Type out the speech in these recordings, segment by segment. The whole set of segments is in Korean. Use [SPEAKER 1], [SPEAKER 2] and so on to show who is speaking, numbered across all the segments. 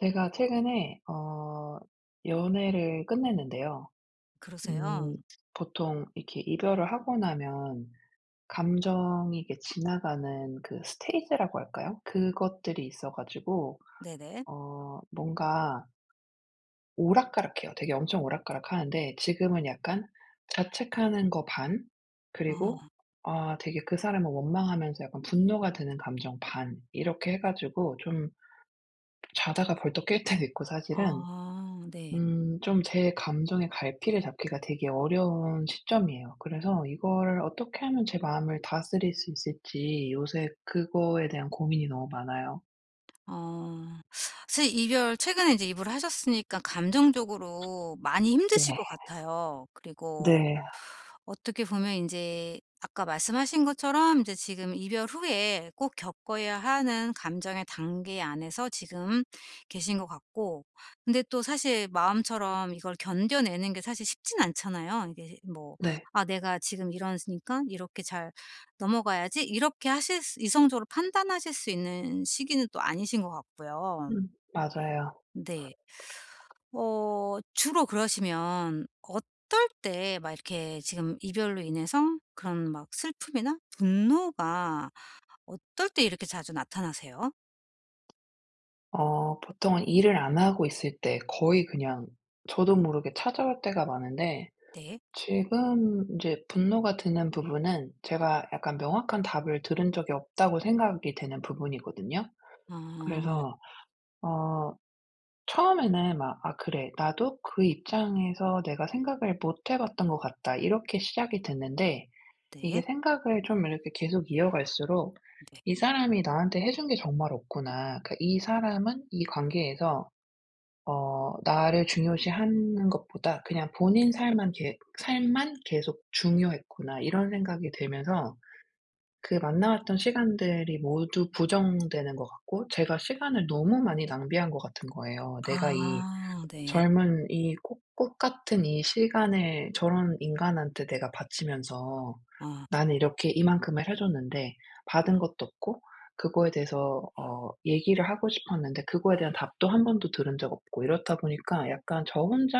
[SPEAKER 1] 제가 최근에 연애를 끝냈는데요.
[SPEAKER 2] 그러세요?
[SPEAKER 1] 음 보통 이렇게 이별을 하고 나면 감정이 이게 지나가는 그 스테이지라고 할까요? 그것들이 있어 가지고
[SPEAKER 2] 네네.
[SPEAKER 1] 뭔가 오락가락해요. 되게 엄청 오락가락하는데 지금은 약간 자책하는 거 반, 그리고
[SPEAKER 2] 아.
[SPEAKER 1] 아, 되게 그 사람을 원망하면서 약간 분노가 드는 감정 반, 이렇게 해 가지고 좀 자다가 벌떡 깰 때도 있고 사실은.
[SPEAKER 2] 아 네.
[SPEAKER 1] 좀 제 감정의 갈피를 잡기가 되게 어려운 시점이에요. 그래서 이거를 어떻게 하면 제 마음을 다스릴 수 있을지 요새 그거에 대한 고민이 너무 많아요.
[SPEAKER 2] 어. 사실 이별 최근에 이제 이별을 하셨으니까 감정적으로 많이 힘드실
[SPEAKER 1] 네.
[SPEAKER 2] 것 같아요. 그리고
[SPEAKER 1] 네.
[SPEAKER 2] 어떻게 보면 이제 아까 말씀하신 것처럼 이제 지금 이별 후에 꼭 겪어야 하는 감정의 단계 안에서 지금 계신 것 같고, 근데 또 사실 마음처럼 이걸 견뎌내는 게 사실 쉽진 않잖아요. 이게 뭐
[SPEAKER 1] 네.
[SPEAKER 2] '아 내가 지금 이러니까 이렇게 잘 넘어가야지.' 이렇게 하실 수 이성적으로 판단하실 수 있는 시기는 또 아니신 것 같고요.
[SPEAKER 1] 음, 맞아요.
[SPEAKER 2] 네. 어 주로 그러시면 어떨 때 막 이렇게 지금 이별로 인해서 그런 막 슬픔이나 분노가 어떨 때 이렇게 자주 나타나세요?
[SPEAKER 1] 어 보통은 일을 안 하고 있을 때 거의 그냥 저도 모르게 찾아올 때가 많은데,
[SPEAKER 2] 네.
[SPEAKER 1] 지금 이제 분노가 드는 부분은 제가 약간 명확한 답을 들은 적이 없다고 생각이 되는 부분이거든요.
[SPEAKER 2] 아
[SPEAKER 1] 그래서 어 처음에는 막 '아 그래. 나도 그 입장에서 내가 생각을 못해 봤던 것 같다.' 이렇게 시작이 됐는데, 이게
[SPEAKER 2] 네.
[SPEAKER 1] 생각을 좀 이렇게 계속 이어갈수록
[SPEAKER 2] 네.
[SPEAKER 1] '이 사람이 나한테 해준 게 정말 없구나. 그러니까 이 사람은 이 관계에서 어 나를 중요시하는 것보다 그냥 본인 삶만 계 삶만 계속 중요했구나.' 이런 생각이 들면서 그 만나왔던 시간들이 모두 부정되는 것 같고 제가 시간을 너무 많이 낭비한 것 같은 거예요. 내가 이
[SPEAKER 2] 아 네.
[SPEAKER 1] 젊은 이 꽃 같은 이 시간을 저런 인간한테 내가 바치면서
[SPEAKER 2] 아.
[SPEAKER 1] 나는 이렇게 이만큼을 해 줬는데 받은 것도 없고 그거에 대해서 어 얘기를 하고 싶었는데 그거에 대한 답도 한 번도 들은 적 없고, 이렇다 보니까 약간 저 혼자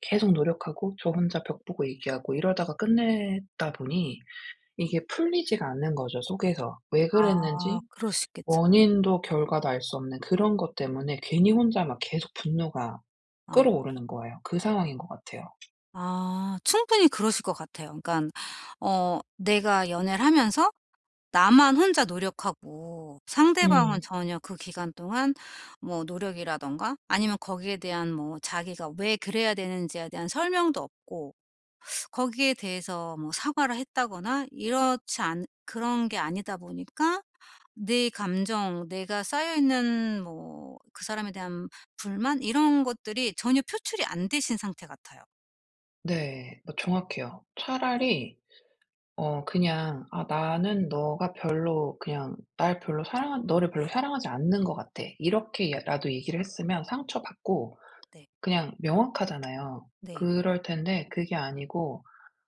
[SPEAKER 1] 계속 노력하고 저 혼자 벽 보고 얘기하고 이러다가 끝내다 보니 이게 풀리지가 않는 거죠 속에서. 왜
[SPEAKER 2] 아
[SPEAKER 1] 그랬는지
[SPEAKER 2] 그럴 수 있겠죠.
[SPEAKER 1] 원인도 결과도 알 수 없는 그런 것 때문에 괜히 혼자 막 계속 분노가
[SPEAKER 2] 아.
[SPEAKER 1] 끌어오르는 거예요. 그 상황인 것 같아요.
[SPEAKER 2] 아 충분히 그러실 것 같아요. 그러니까 어 내가 연애를 하면서 나만 혼자 노력하고 상대방은
[SPEAKER 1] 음.
[SPEAKER 2] 전혀 그 기간 동안 뭐 노력이라든가 아니면 거기에 대한 뭐 자기가 왜 그래야 되는지에 대한 설명도 없고, 거기에 대해서 뭐 사과를 했다거나 이렇지 않 그런 게 아니다 보니까 내 감정, 내가 쌓여있는 뭐 그 사람에 대한 불만 이런 것들이 전혀 표출이 안 되신 상태 같아요.
[SPEAKER 1] 네. 어 정확해요. 차라리 그냥 '아 나는 너가 별로 그냥 날 별로 사랑한 너를 별로 사랑하지 않는 것 같아.' 이렇게 야 라도 얘기를 했으면 상처받고
[SPEAKER 2] 네.
[SPEAKER 1] 그냥 명확하잖아요.
[SPEAKER 2] 네.
[SPEAKER 1] 그럴 텐데 그게 아니고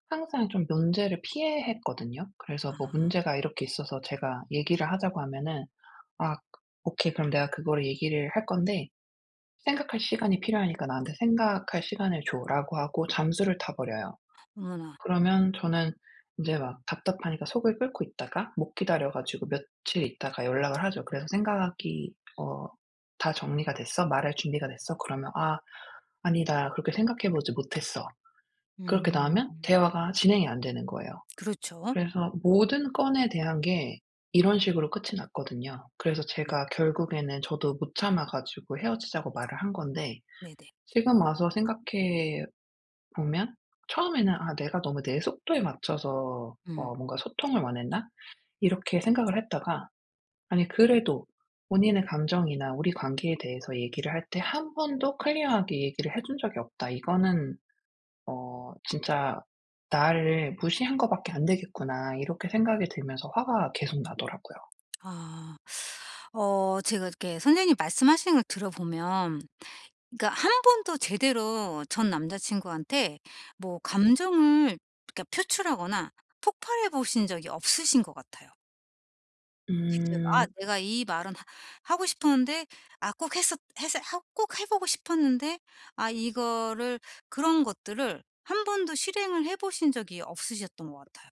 [SPEAKER 1] 항상 좀 문제를 피해했거든요. 그래서 뭐
[SPEAKER 2] 아
[SPEAKER 1] 문제가 이렇게 있어서 제가 얘기를 하자고 하면은 "아 오케이. 그럼 내가 그거를 얘기를 할 건데 생각할 시간이 필요하니까 나한테 "생각할 시간을 줘."라고 하고 잠수를 타 버려요.
[SPEAKER 2] 어머나.
[SPEAKER 1] 그러면 저는 인제 막 답답하니까 속을 끓고 있다가 못 기다려 가지고 며칠 있다가 연락을 하죠. 그래서 생각이 어 "다 정리가 됐어? 말할 준비가 됐어?" 그러면 "아 아니다. 그렇게 생각해 보지 못했어." 그렇게
[SPEAKER 2] 음.
[SPEAKER 1] 나오면 대화가 진행이 안 되는 거예요.
[SPEAKER 2] 그렇죠.
[SPEAKER 1] 그래서 모든 건에 대한 게 이런 식으로 끝이 났거든요. 그래서 제가 결국에는 저도 못 참아 가지고 헤어지자고 말을 한 건데,
[SPEAKER 2] 네네.
[SPEAKER 1] 지금 와서 생각해 보면 처음에는 '아 내가 너무 내 속도에 맞춰서
[SPEAKER 2] 음.
[SPEAKER 1] 어 뭔가 소통을 원했나?' 이렇게 생각을 했다가, 아니 그래도 본인의 감정이나 우리 관계에 대해서 얘기를 할 때 한 번도 클리어하게 얘기를 해준 적이 없다. '이거는 어 진짜 나를 무시한 거밖에 안 되겠구나.' 이렇게 생각이 들면서 화가 계속 나더라고요.
[SPEAKER 2] 아. 어 제가 이렇게 선생님 말씀하시는 걸 들어보면 그러니까 한 번도 제대로 전 남자 친구한테 뭐 감정을 그러니까 표출하거나 폭발해 보신 적이 없으신 것 같아요. 제대로 '아
[SPEAKER 1] 음,
[SPEAKER 2] 내가 이 말은 하 하고 싶었는데 아 꼭 했었 했 하 꼭 해 보고 싶었는데 아 이거를' 그런 것들을 한 번도 실행을 해 보신 적이 없으셨던 것 같아요.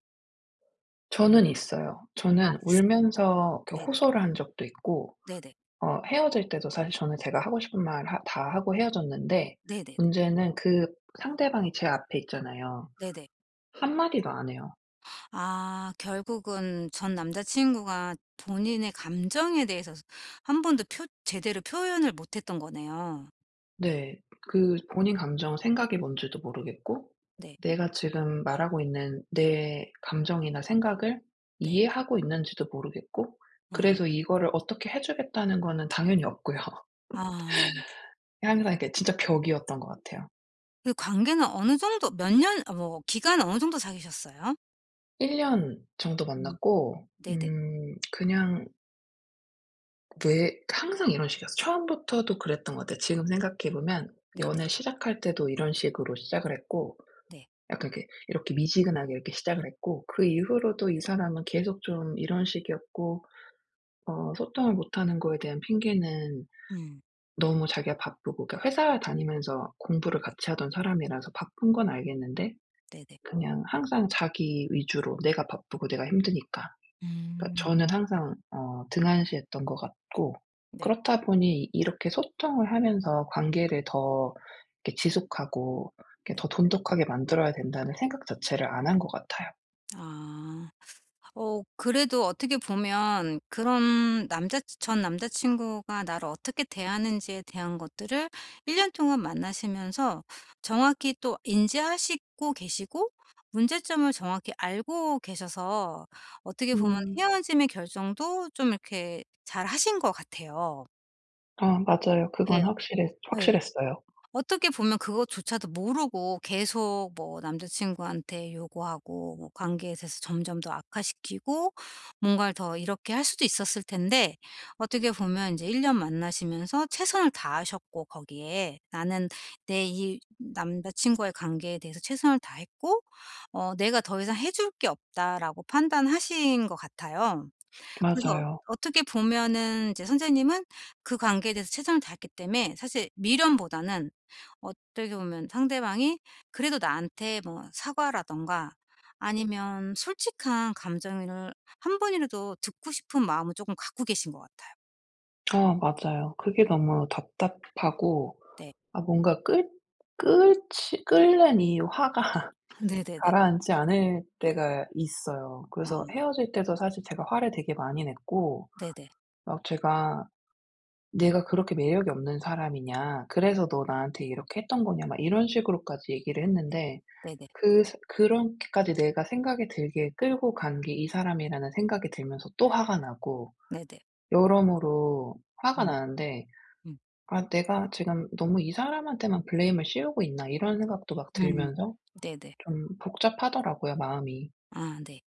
[SPEAKER 1] 저는 있어요.
[SPEAKER 2] 아
[SPEAKER 1] 저는
[SPEAKER 2] 있으세요.
[SPEAKER 1] 울면서 이렇게
[SPEAKER 2] 네네.
[SPEAKER 1] 호소를 한 적도 있고
[SPEAKER 2] 네네.
[SPEAKER 1] 헤어질 때도 사실 저는 제가 하고 싶은 말 하 다 하고 헤어졌는데,
[SPEAKER 2] 네네.
[SPEAKER 1] 문제는 그 상대방이 제 앞에 있잖아요.
[SPEAKER 2] 네네.
[SPEAKER 1] 한마디도 안 해요.
[SPEAKER 2] 아 결국은 전 남자친구가 본인의 감정에 대해서 한 번도 표 제대로 표현을 못 했던 거네요.
[SPEAKER 1] 네. 그 본인 감정 생각이 뭔지도 모르겠고
[SPEAKER 2] 네.
[SPEAKER 1] 내가 지금 말하고 있는 내 감정이나 생각을
[SPEAKER 2] 네.
[SPEAKER 1] 이해하고 있는지도 모르겠고,
[SPEAKER 2] 어.
[SPEAKER 1] 그래서 이거를 어떻게 해 주겠다는 거는 당연히 없고요.
[SPEAKER 2] 아.
[SPEAKER 1] 항상 이렇게 진짜 벽이었던 것 같아요.
[SPEAKER 2] 그 관계는 어느 정도 몇 년, 어, 뭐 기간 어느 정도 사귀셨어요?
[SPEAKER 1] 1년 정도
[SPEAKER 2] 음.
[SPEAKER 1] 만났고
[SPEAKER 2] 네네.
[SPEAKER 1] 그냥 왜 항상 이런 식이었어. 처음부터도 그랬던 것 같아요. 지금 생각해 보면
[SPEAKER 2] 네네. 네.
[SPEAKER 1] 연애 시작할 때도 이런 식으로 시작을 했고
[SPEAKER 2] 네.
[SPEAKER 1] 약간 이렇게 미지근하게 이렇게 시작을 했고 그 이후로도 이 사람은 계속 좀 이런 식이었고 소통을 못하는 거에 대한 핑계는
[SPEAKER 2] 음.
[SPEAKER 1] 너무 자기가 바쁘고, 그러니까 회사 다니면서 공부를 같이 하던 사람이라서 바쁜 건 알겠는데
[SPEAKER 2] 네네.
[SPEAKER 1] 그냥 항상 자기 위주로 내가 바쁘고 내가 힘드니까, 그러니까
[SPEAKER 2] 음.
[SPEAKER 1] 저는 항상 어 등한시했던 것 같고
[SPEAKER 2] 네.
[SPEAKER 1] 그렇다 보니 이렇게 소통을 하면서 관계를 더 이렇게 지속하고 이렇게
[SPEAKER 2] 네.
[SPEAKER 1] 더 돈독하게 만들어야 된다는 생각 자체를 안 한 것 같아요.
[SPEAKER 2] 아. 어 그래도 어떻게 보면 그런 남자 전 남자친구가 나를 어떻게 대하는지에 대한 것들을 1년 동안 만나시면서 정확히 또 인지하시고 계시고 문제점을 정확히 알고 계셔서 어떻게 보면
[SPEAKER 1] 음.
[SPEAKER 2] 헤어짐의 결정도 좀 이렇게 잘하신 것 같아요.
[SPEAKER 1] 아 맞아요.
[SPEAKER 2] 네.
[SPEAKER 1] 그건
[SPEAKER 2] 예.
[SPEAKER 1] 확실했어요.
[SPEAKER 2] 어떻게 보면 그것조차도 모르고 계속 뭐 남자 친구한테 요구하고 뭐 관계에 대해서 점점 더 악화시키고 뭔가를 더 이렇게 할 수도 있었을 텐데, 어떻게 보면 인제 1년 만나시면서 최선을 다하셨고 거기에 나는 내 이 남자 친구와의 관계에 대해서 최선을 다했고 어 '내가 더 이상 해줄게 없다.'라고 판단하신 것 같아요. 그래서
[SPEAKER 1] 맞아요.
[SPEAKER 2] 어떻게 보면은 이제 선생님은 그 관계에 대해서 최선을 다했기 때문에 사실 미련보다는 어떻게 보면 상대방이 그래도 나한테 뭐 사과라든가 아니면 솔직한 감정을 한 번이라도 듣고 싶은 마음을 조금 갖고 계신 것 같아요.
[SPEAKER 1] 아 맞아요. 그게 너무 답답하고
[SPEAKER 2] 네.
[SPEAKER 1] 아 뭔가 끌끌지 끓는 이 화가
[SPEAKER 2] 네네네.
[SPEAKER 1] 가라앉지 않을 때가 있어요. 그래서
[SPEAKER 2] 어
[SPEAKER 1] 헤어질 때도 사실 제가 화를 되게 많이 냈고
[SPEAKER 2] 네네.
[SPEAKER 1] 막 제가 "내가 그렇게 매력이 없는 사람이냐. 그래서 너 나한테 이렇게 했던 거냐." 막 이런 식으로까지 얘기를 했는데
[SPEAKER 2] 네네.
[SPEAKER 1] 그 사 그렇게까지 내가 생각이 들게 끌고 간 게 이 사람이라는 생각이 들면서 또 화가 나고
[SPEAKER 2] 네네.
[SPEAKER 1] 여러모로 화가
[SPEAKER 2] 음.
[SPEAKER 1] 나는데
[SPEAKER 2] 음.
[SPEAKER 1] '아 내가 지금 너무 이 사람한테만 블레임을 씌우고 있나.' 이런 생각도 막
[SPEAKER 2] 음.
[SPEAKER 1] 들면서
[SPEAKER 2] 네네.
[SPEAKER 1] 좀 복잡하더라고요 마음이.
[SPEAKER 2] 아 네.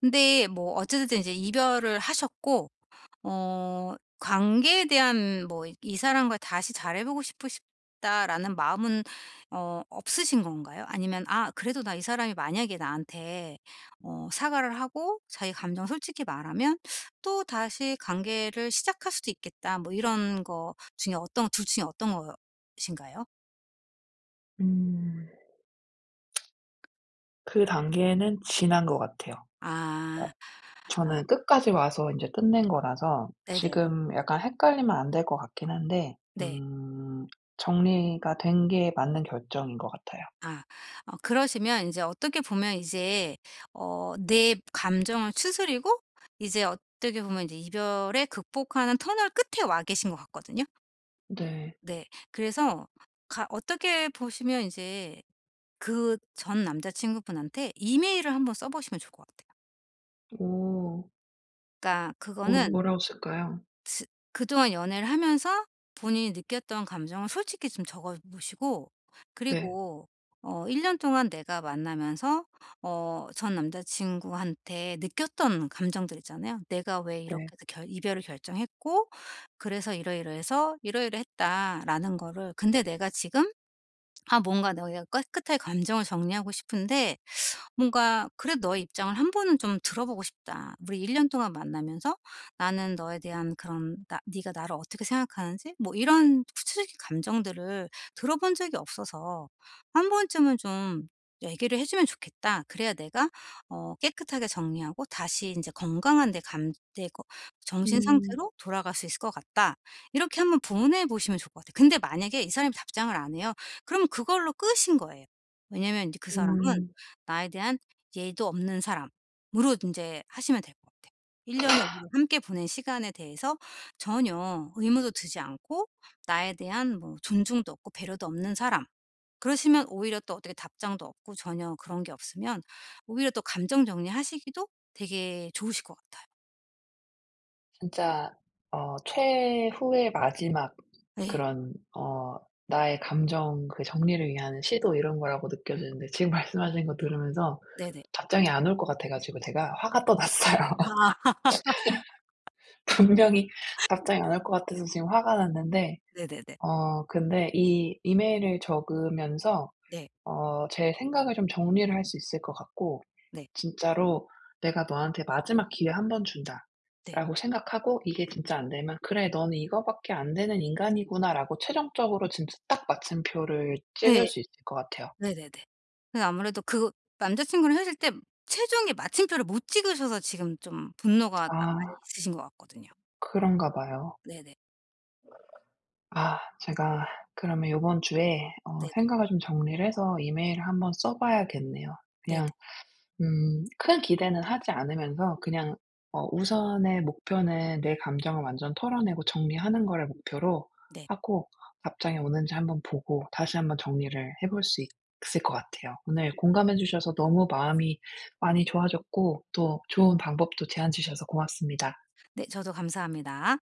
[SPEAKER 2] 근데 뭐 어쨌든 이제 이별을 하셨고, 어 관계에 대한 뭐 '이 "이 사람과 다시 잘해 보고 싶으 시다라는 마음은 어 없으신 건가요? 아니면 '아 그래도 나 이 사람이 만약에 나한테 어 사과를 하고 자기 감정을 솔직히 말하면 또다시 관계를 시작할 수도 있겠다.' 뭐 이런 거 중에 어떤 둘 중에 어떤 것인가요?
[SPEAKER 1] 음. 그 단계는 지난 것 같아요.
[SPEAKER 2] 아. 아
[SPEAKER 1] 저는 끝까지 와서 이제 끝낸 거라서
[SPEAKER 2] 네네네.
[SPEAKER 1] 지금 약간 헷갈리면 안 될 것 같긴 한데
[SPEAKER 2] 네.
[SPEAKER 1] 음, 정리가 된 게 맞는 결정인 것 같아요.
[SPEAKER 2] 아. 어 그러시면 이제 어떻게 보면 이제 어 내 감정을 추스리고 이제 어떻게 보면 이제 이별을 극복하는 터널 끝에 와 계신 것 같거든요.
[SPEAKER 1] 네.
[SPEAKER 2] 네. 그래서 가 어떻게 보시면 이제 그 전 남자친구분한테 이메일을 한번 써 보시면 좋을 것 같아요.
[SPEAKER 1] 오.
[SPEAKER 2] 그러니까
[SPEAKER 1] 뭐
[SPEAKER 2] 그거는
[SPEAKER 1] 뭐라고 쓸까요?
[SPEAKER 2] 지- 그동안 연애를 하면서 본인이 느꼈던 감정을 솔직히 좀 적어 보시고,
[SPEAKER 1] 네.
[SPEAKER 2] 그리고 어 1 년 동안 내가 만나면서 어 전 남자 친구한테 느꼈던 감정들 있잖아요. '내가 왜 이렇게
[SPEAKER 1] 네.
[SPEAKER 2] 해서 결 이별을 결정했고 그래서 이러이러해서 이러이러했다.'라는 거를 근데 내가 지금 '아 뭔가 내가 깨끗하게 감정을 정리하고 싶은데 뭔가 '그래도 너의 입장을 한 번은 좀 들어보고 싶다. 우리 1년 동안 만나면서 나는 너에 대한 그런 나 네가 나를 어떻게 생각하는지?' 뭐 이런 구체적인 감정들을 들어본 적이 없어서 한 번쯤은 좀 얘기를 해 주면 좋겠다. 그래야 내가 어 깨끗하게 정리하고 다시 이제 건강한 내 감 내 거 정신
[SPEAKER 1] 음.
[SPEAKER 2] 상태로 돌아갈 수 있을 것 같다.' 이렇게 한번 보내 보시면 좋을 것 같아요. 근데 만약에 이 사람이 답장을 안 해요. 그럼 그걸로 끝인 거예요. 왜냐면 이제 그 사람은
[SPEAKER 1] 음
[SPEAKER 2] 나에 대한 예의도 없는 사람으로 이제 하시면 될 것 같아요. 1 년에 우리가 함께 보낸 시간에 대해서 전혀 의무도 두지 않고 나에 대한 뭐 존중도 없고 배려도 없는 사람. 그러시면 오히려 또 어떻게 답장도 없고 전혀 그런 게 없으면 오히려 또 감정 정리하시기도 되게 좋으실 것 같아요.
[SPEAKER 1] 진짜 어 최후의 마지막
[SPEAKER 2] 예.
[SPEAKER 1] 그런 어 나의 감정 그 정리를 위한 시도 이런 거라고 느껴지는데 지금 말씀하신 거 들으면서
[SPEAKER 2] 네네.
[SPEAKER 1] 답장이 안 올 것 같아 가지고 제가 화가 또 났어요.
[SPEAKER 2] 아.
[SPEAKER 1] 분명히 답장이 안 올 것 같아서 지금 화가 났는데
[SPEAKER 2] 네네네.
[SPEAKER 1] 근데 이 이메일을 적으면서
[SPEAKER 2] 네.
[SPEAKER 1] 제 생각을 좀 정리를 할 수 있을 것 같고
[SPEAKER 2] 네.
[SPEAKER 1] 진짜로 '내가 너한테 마지막 기회 한 번
[SPEAKER 2] 네.
[SPEAKER 1] 준다.'라고 생각하고 이게 진짜 안 되면 '그래 너는 이거밖에 안 되는 인간이구나.'라고 최종적으로 진짜 딱 마침표를
[SPEAKER 2] 예.
[SPEAKER 1] 찍을 수 있을 것 같아요.
[SPEAKER 2] 네네네. 그 아무래도 그 남자친구랑 헤어질 때 최종의 마침표를 못 찍으셔서 지금 좀 분노가 나 많이
[SPEAKER 1] 아,
[SPEAKER 2] 있으신 것 같거든요.
[SPEAKER 1] 그런가 봐요.
[SPEAKER 2] 네네.
[SPEAKER 1] 아 제가 그러면 이번 주에 어
[SPEAKER 2] 네네.
[SPEAKER 1] 생각을 좀 정리를 해서 이메일을 한번 써 봐야겠네요.
[SPEAKER 2] 네네.
[SPEAKER 1] 그냥 큰 기대는 하지 않으면서 그냥 우선의 목표는 내 감정을 완전 털어내고 정리하는 거를 목표로
[SPEAKER 2] 네.
[SPEAKER 1] 하고, 답장이 오는지 한번 보고 다시 한번 정리를 해볼 수 있- 있을 것 같아요. 오늘 공감해 주셔서 너무 마음이 많이 좋아졌고 또 좋은 방법도 제안 주셔서 고맙습니다.
[SPEAKER 2] 네, 저도 감사합니다.